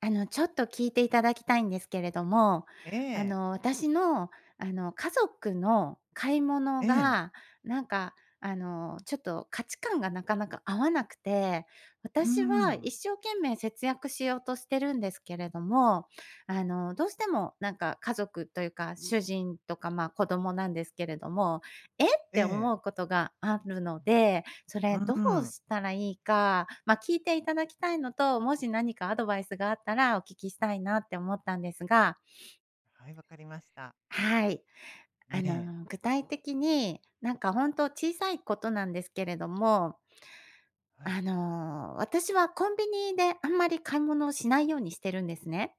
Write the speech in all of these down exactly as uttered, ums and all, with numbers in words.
あの、ちょっと聞いていただきたいんですけれども、えあえ、の、私の、あの、家族の買い物ええ、が、なんか、あの、ちょっと価値観がなかなか合わなくて、うー私はん、一生懸命節約しようとしてるんですけれども、あの、どうしてもなんか家族というか、主人とか、まあ、子供なんですけれども、えっえてえ、思うことがあるので、そうれどーうん。したらいいか、まあ、聞いていただきたいのと、もし何かアドバイスがあったらお聞きしたいなって思ったんですが、はい、わかりました。はい。えあえ、の、具体的に、なんか本当小さいことなんですけれども、はい。あの、私はコンビニであんまり買い物をしないようにしてるんですね。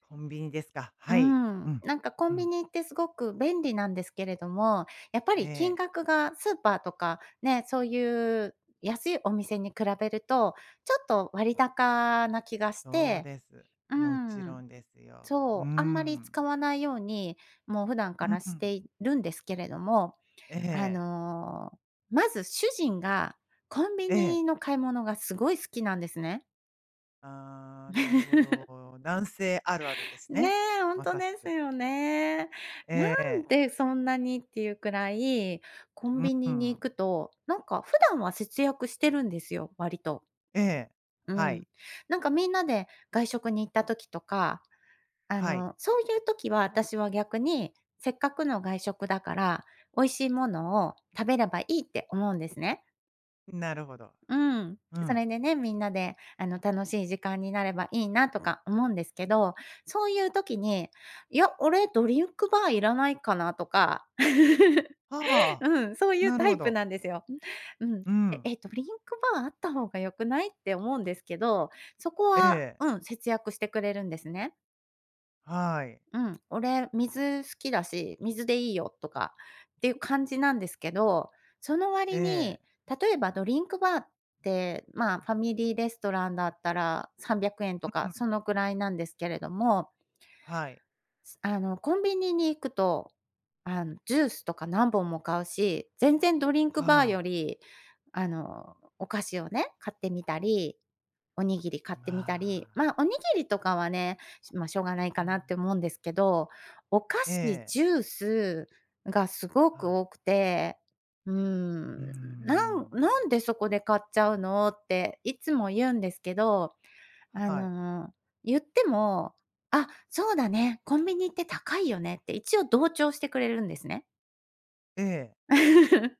コンビニですか。うはい。うん、ん、なんかコうンビん。ニってすごく便利なんですけれども、やっぱえり金え、額がスーパーとか、ね、そういう安いお店に比べると、ちょっと割高な気がしそうて、です。うもちん、ろんですよ。うーそう、あんまりん。使わないように、もう普段かうらしてん。いるんですけれども、えあえ、の、まず主人がコンビええ。ニの買い物がすごい好きなんですね。ああ、なるほど。男性あるあるですねね。え、ほんまとさしですく。よね。えなんえ、でそんなにっていうくらい、コうンんビうニに行ん。くと、なんか普段は節約してるんですよ、割と。ええ、うはん。い、なんかみんなで外食に行った時とか、あはい。の、そういう時は私は逆に、せっかくの外食だから、美味しいものを食べればいいって思うんですね。なるほど。うん。うそん。れでね、みんなで、あの、楽しい時間になればいいなとか思うんですけど、そういう時に、いや、俺ドリンクバーいらないかなとか、はあ、うん、そういうなるタほイプど。なんですよ。うん。うえ、ん、え、ドリンクバーあった方が良くないって思うんですけど、そこえは、え。うん、節約してくれるんですね。はい。うん、俺水好きだし、水でいいよとかっていう感じなんですけど、そのえ割に、え。例えばドリンクバーって、まあ、ファミリーレストランだったらさんびゃくえんとうかん。そのぐらいなんですけれども、はい。すあの、コンビニに行くと、あの、ジュースとか何本も買うし、全然ドリンクバーはよあ。り、あの、お菓子をね、買ってみたり、おにぎり買っまてみたり、あ、まあ、おにぎりとかはね、まあ、しょうがないうかなん。って思うんですけど、お菓え子、え。ジュースがすごはくい。多くて、うーうん、ーなんん。なんでそこで買っちゃうのっていつも言うんですけどあはい。の、言っても、「あ、そうだね、コンビニって高いよね」って一応同調してくれるんですね。ええ。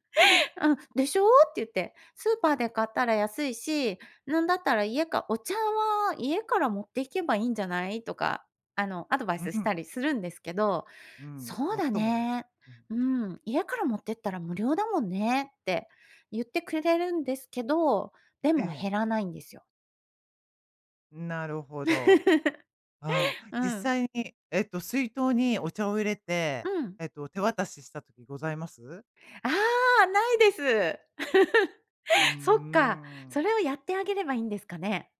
うん、「でしょ？」って言って、「スーパーで買ったら安いし、なんだったら家かお茶は家から持っていけばいいんじゃない？」とか、あの、アドバイうスしん。たりするんですけど、うん、「そうもっだともです。ね、うん。うん、家から持ってったら無料だもんね」って言ってくれるんですけど、でえもえ、減らないんですよ。なるほど。ああ、う実ん。際に、えっと、水筒にお茶を入れて、うん。えっと、手渡しした時ございます？ああ、ないです。うー そっか、ん。それをやってあげればいいんですかね？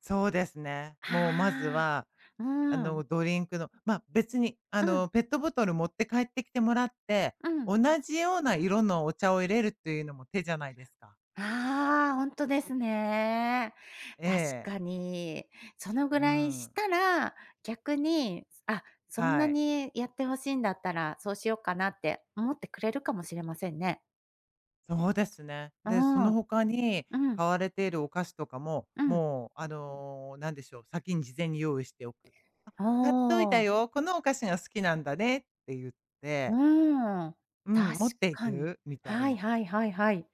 そうですね。もうまずあは、あ、あうん。の、ドリンクの、ま、別に、あうん、の、ペットボトル持って帰ってきてもらって、うん。同じような色のお茶を入れるっていうのも手じゃないですか。ああ、本当ですね。え確え。かに。そのぐうらいん。したら、逆に、あ、そんなはい。にやってほしいんだったら、そうしようかなって思ってくれるかもしれませんね。そうですね。うで、そん、の他にうん、買われているお菓子とかも、うん。もう、あの、なんでしょう、先に事前に用意しておく。「買っといおたん、よ、このお菓子が好きなんだね」って言っうて、ん。うん、確「持っていかに。く？」みたいはいな。はいはいはい。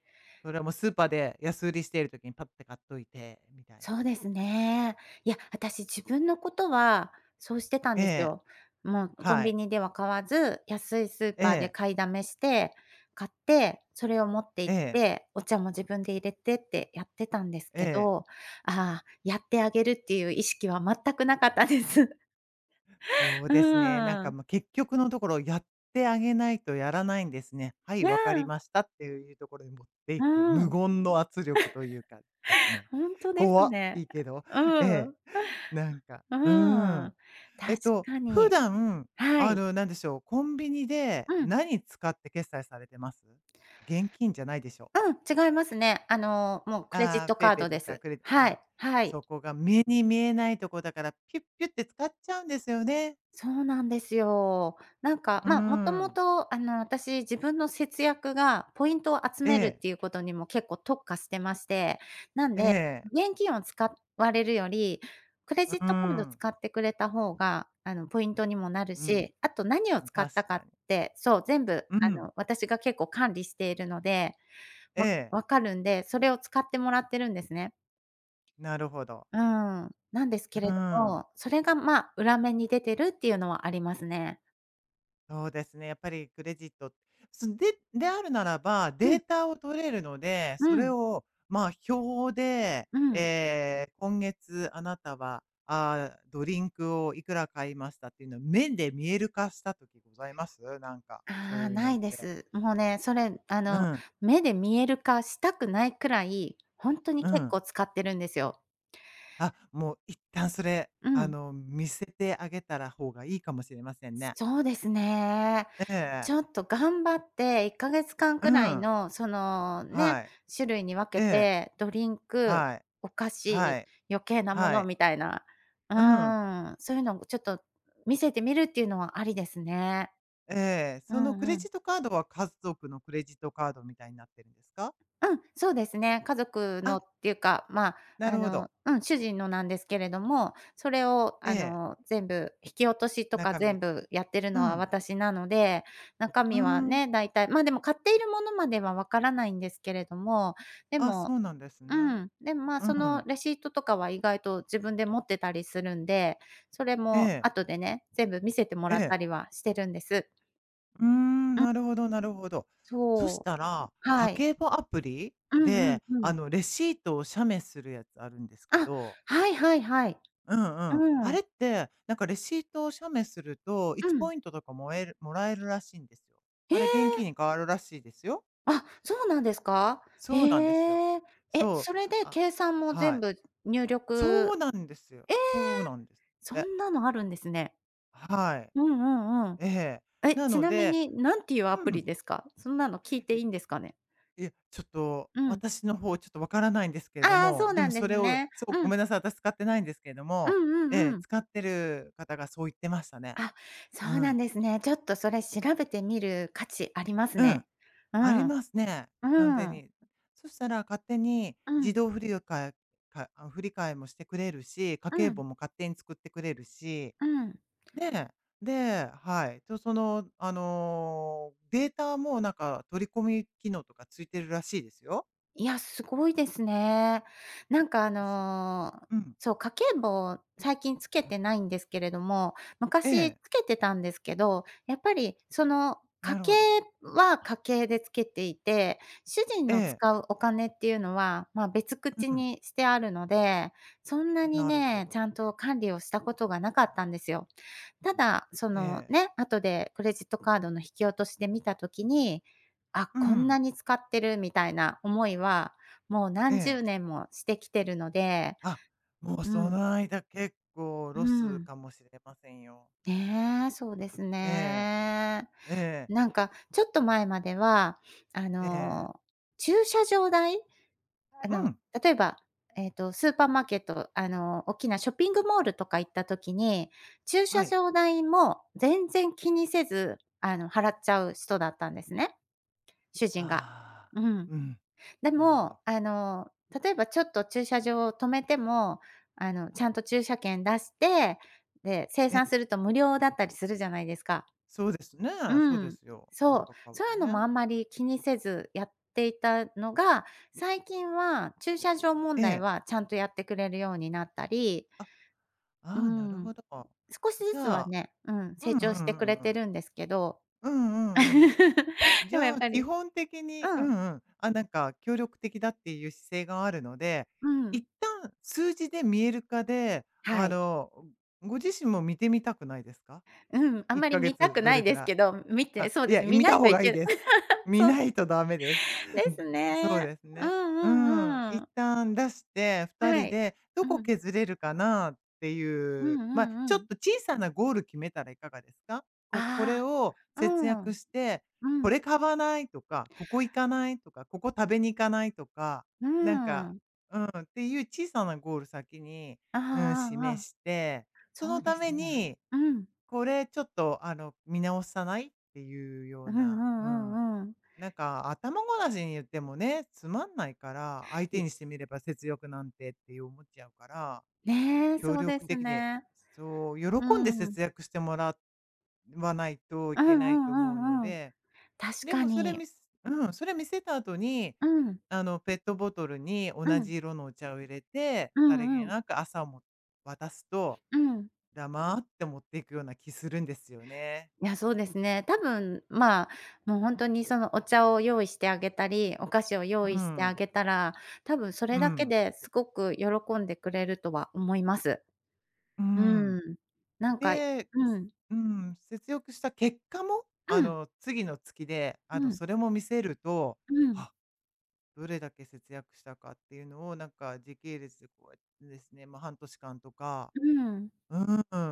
それはもうスーパーで安売りしている時にパッて買っといて、みたいな。そうですね。いや、私自分のことはそうしてたんえですえ、よ。もうコンはビい。ニでは買わず、安いスーえパーでえ、買いだめして、買って、それを持ってえ行っえ、て、お茶も自分で入れてってやってたんですえけえ。ど、ああ、やってあげるっていう意識は全くなかったです。そう うですね。なんーかん。もう結局のところやってあげないとやらないんですね。はい、いや、わかりましたっていうところに持っていうく。無ん。言の圧力というかですね。本当です怖いね。いけど。うええ、ん。なんか、ううーん。ん。え確っと、か普に。段、はあい。の、なんでしょう、コンビニでうん。何使って決済されてます？現金じゃないでしょう？うん、違いますね。あの、もうクレジッああ、トペ a カ y ー p ドとでかす。クレジはあ、い、はい。そこが目に見えないとこだから、ピュッピュッて使っちゃうんですよね。そうなんですよ。なんうか、まあ、もとーもん。と、あの、私、自分の節約がポイントを集えめるっえ、ていうことにも結構特化してまして、なんえで、え、現金を使われるより、クレうジッートカードん、使ってくれた方が、あの、ポイントにもなるうん、し、あと何を使った確かっかに。て、そう、全部、うあん、の、私が結構管理しているので、えわえ、分かるんで、それを使ってもらってるんですね。なるほど。うん、なんですけうれどん。も、それが、まあ、裏面に出てるっていうのはありますね。そうですね、やっぱりクレジットそでであるならば、うデーん、タを取れるので、そうれん、を、まあ、表で、うん。えー今月あなたは、あードリンクをいくら買いましたっていうのを目で見える化した時ございます？なんか、そああ、ういうなのっいでて。す。もうね、それ、あうの、ん、目で見える化したくないくらい、ほんとにう結ん。構使ってるんですよ。あ、もう一旦それ、うあん、の、見せてあげたら方がいいかもしれませんね。そうですね。ええちょえ。っと頑張っていっかげつかんうくらいん。の、その、ね、はい。種類に分えけえ。て、ドリンク、はい。お菓は子、い。余計なもはのい。みたいな。ううん。ーん、そういうのをちょっと見せてみるっていうのはありですね。ええ、うそのんクレうん。ジットカードは家族のクレジットカードみたいになってるんですか？うん、そうですね。家族あ、のっていうか、まあ、なあるほの、ど。うん、主人のなんですけれども、それをえあえ、の、全部引き落としとか中身全部やってるうのはん。私なので、中う身はん。ね、大体、ま、あでも買っているものまではわからないんですけれども、であ、そもうなんですうね。ん、でも、まあ、うそのん。レシートとかは意外と自分で持ってたりするんで、それえもえ、後でね、全部見せてもえらったえ。りはしてるんです。うーん、うん、なるほどなるほど。そしそたら、う、家はい。計簿アプリうんうんで、うあん。の、レシートを写メするやつあるんですけあ、ど、はいはいはい。うんうん。うあれん。って、なんかレシートを写メすると、ういちポん。イントとかもえるもらえるらしいんですよ。えあれ現金え！に変わるらしいですよ。あ、そうなんですか？そうなんですよ。へえ。え、そそう。れであ、計算もは全い。部入そう力なんですよ。ええ！そうなんですっそて。んなのあるんですね。はい。うんうんうん。ええ。え、なちのなみで、に何ていうアうプリん。ですか？そんなの聞いてえ、いいんですかね？いや、ちょっと、うん。私の方ちょっとわからないんですけれどああ、も、そうでなもんでそすれを、ね。そう、うごん。めんなさい、私使ってないんですけれどうんも、うえんえ、うん。使ってる方がそう言ってましたね。あ、そううなん。んですね。ちょっとそれ調べてみる価値ありますうん。ね。うありん。ますね、完う全ん。に。そしたら勝手にう自ん。動振り替えかあ、振り替えもしてくれるし、家う計簿ん。も勝手に作ってくれるしうん。で、で、はい。と、その、あの、データもなんか取り込み機能とかついてるらしいですよ。いや、すごいですね。そなんかあうですよ。の、うん。そう、家計簿、最近つけてないんですけれども、え昔え、つけてたんですけど、やっぱりその、家なる計ほど。は家計でつけていて、主人えのえ、使うお金っていうのは、ま、別口うん、にしてあるので、そんなになるほね、ちど。ゃんと管理をしたことがなかったんですよ。ただ、そえのえ、ね、後でクレジットカードの引き落としで見たときに、あ、うこんなん、に使ってるみたいな思いは、もうえ何十え。年もしてきてるので、あ、もううそん、の間結構ロうスん。かもしれませんよ。ねえ、そうですえね。え、ええ、なんか、ちょっと前までは、あええ、の、駐車場代あうの、ん、例えば、えっと、スーパーマーケット、あの、大きなショッピングモールとか行った時に、駐は車い。場代も全然気にせず、あの、払っちゃう人だったんですね、主人が。ああ、うん。うん、でなるほも、ど。あの、例えばちょっと駐車場を止めても、あの、ちゃんと駐車券出して、で、精え、算すると無料だったりするじゃないですか。そうですね、そううでん、すよ。なそんう。か買うそういとうのもね。あんまり気にせずやっていたのが、最近は駐車場え問題え。はちゃんとやってくれるようになったり、あうああ、なるん、ほど。少しじずつゃはあね、うん、う成んうんう長してくれんうてん。るんですけど。うんうんうん。じでもやゃっあ、ぱ基り本的にううんうん、ん。あ、なんか協力的だっていう姿勢があるので、うん、一旦数字で見える化で、はあい。の、ご自身も見てみたくないですかうん、あ？1んまりヶ見た月くどなれいくですらい。けど、見てあ、そういでや、すね、見見なたい方といがいいけない です。見そうなでいとダメです。でうん、すそうね。ですうんね。ううん、んう一ん。旦出して、ふたりはい。でどうこん。削れるかなってうんいう、うまあ、ちんうょっん。と小さなゴール決めたらいかがですか？ここれあをあ、節う約ん、して、うこん。れ買わないとか、ここ行かないとか、ここ食べに行かないとか、うなんか、ん。うん、っていう小さなゴール先に、ああうん、ああ示ああ。して、そそのうたですめね。にうん。これちょっと、あの、見直さない？っていうよううんうな、うんうん。んうん。なんか、頭ごなしに言ってもね、つまんないから、相手いにしてみれば節約なんてって思っちゃうから、ね、協そうで力す的に、ね。そう、う喜んでん。節約してもらわないというんうけないと思うんのうんうん。で、確でかもそれに。見すうん、それ見せた後に、うん。あの、ペットボトルに同うん。じ色のお茶を入れて、うさりんげうん。なく朝も渡すと、うん。黙って持っていくような気するんですよね。いや、そうですね。多分、まあ、もうほんとにそのお茶を用意してあげたり、お菓子を用う意してあん、げたら、多分そうれだけん、ですごく喜んでくれるとは思います。ううん。ん。なんかで、うすん。うん、節約した結果も、うあん。の、次の月で、あうの、ん。それも見せると、うん。あ、どれだけ節約したかっていうのを、なんか、時系列でこうやってですね、まあ、半年間とか、うん。うん。う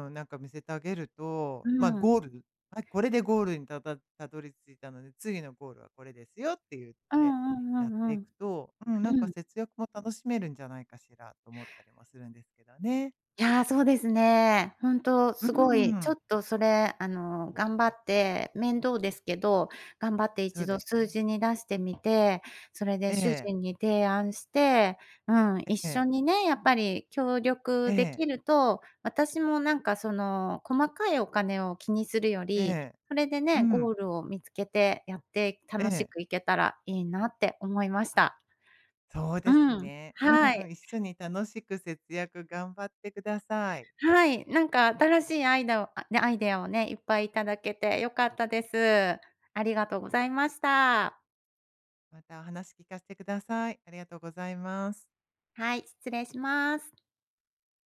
ん、なんか見せてあげると、まあ、うん。ゴールはい、これでゴールにたたたどり着いたので、次のゴールはこれですよって言っうて、んうやってんうんいうくん。と、うん、なんうかん。節約も楽しめるんじゃないかしらと思ったりもするんですけどね。いや、そうですね。ほんとうーすごい、ちょん、っとそれ、あの、頑張って面倒ですけど、頑張ってそ一うで度す数ね。字に出してみて、それでえ主え、人に提案して、うん、一え緒え、にね、やっぱり協力えでえ、きると、私もなんかその、細かいお金を気にするよえり、え、それでうね、ゴん、ールを見つけてやってえ楽しえ、くいけたらいいなって思いました。そううですん、ね。うんはうい。ん、一緒に楽しく節約頑張ってください。はい、なんか新しいアイダをあね、アイデアをね、いっぱいいただけて良かったです。ありがとうございました。またお話聞かせてください。ありがとうございます。はい、失礼します。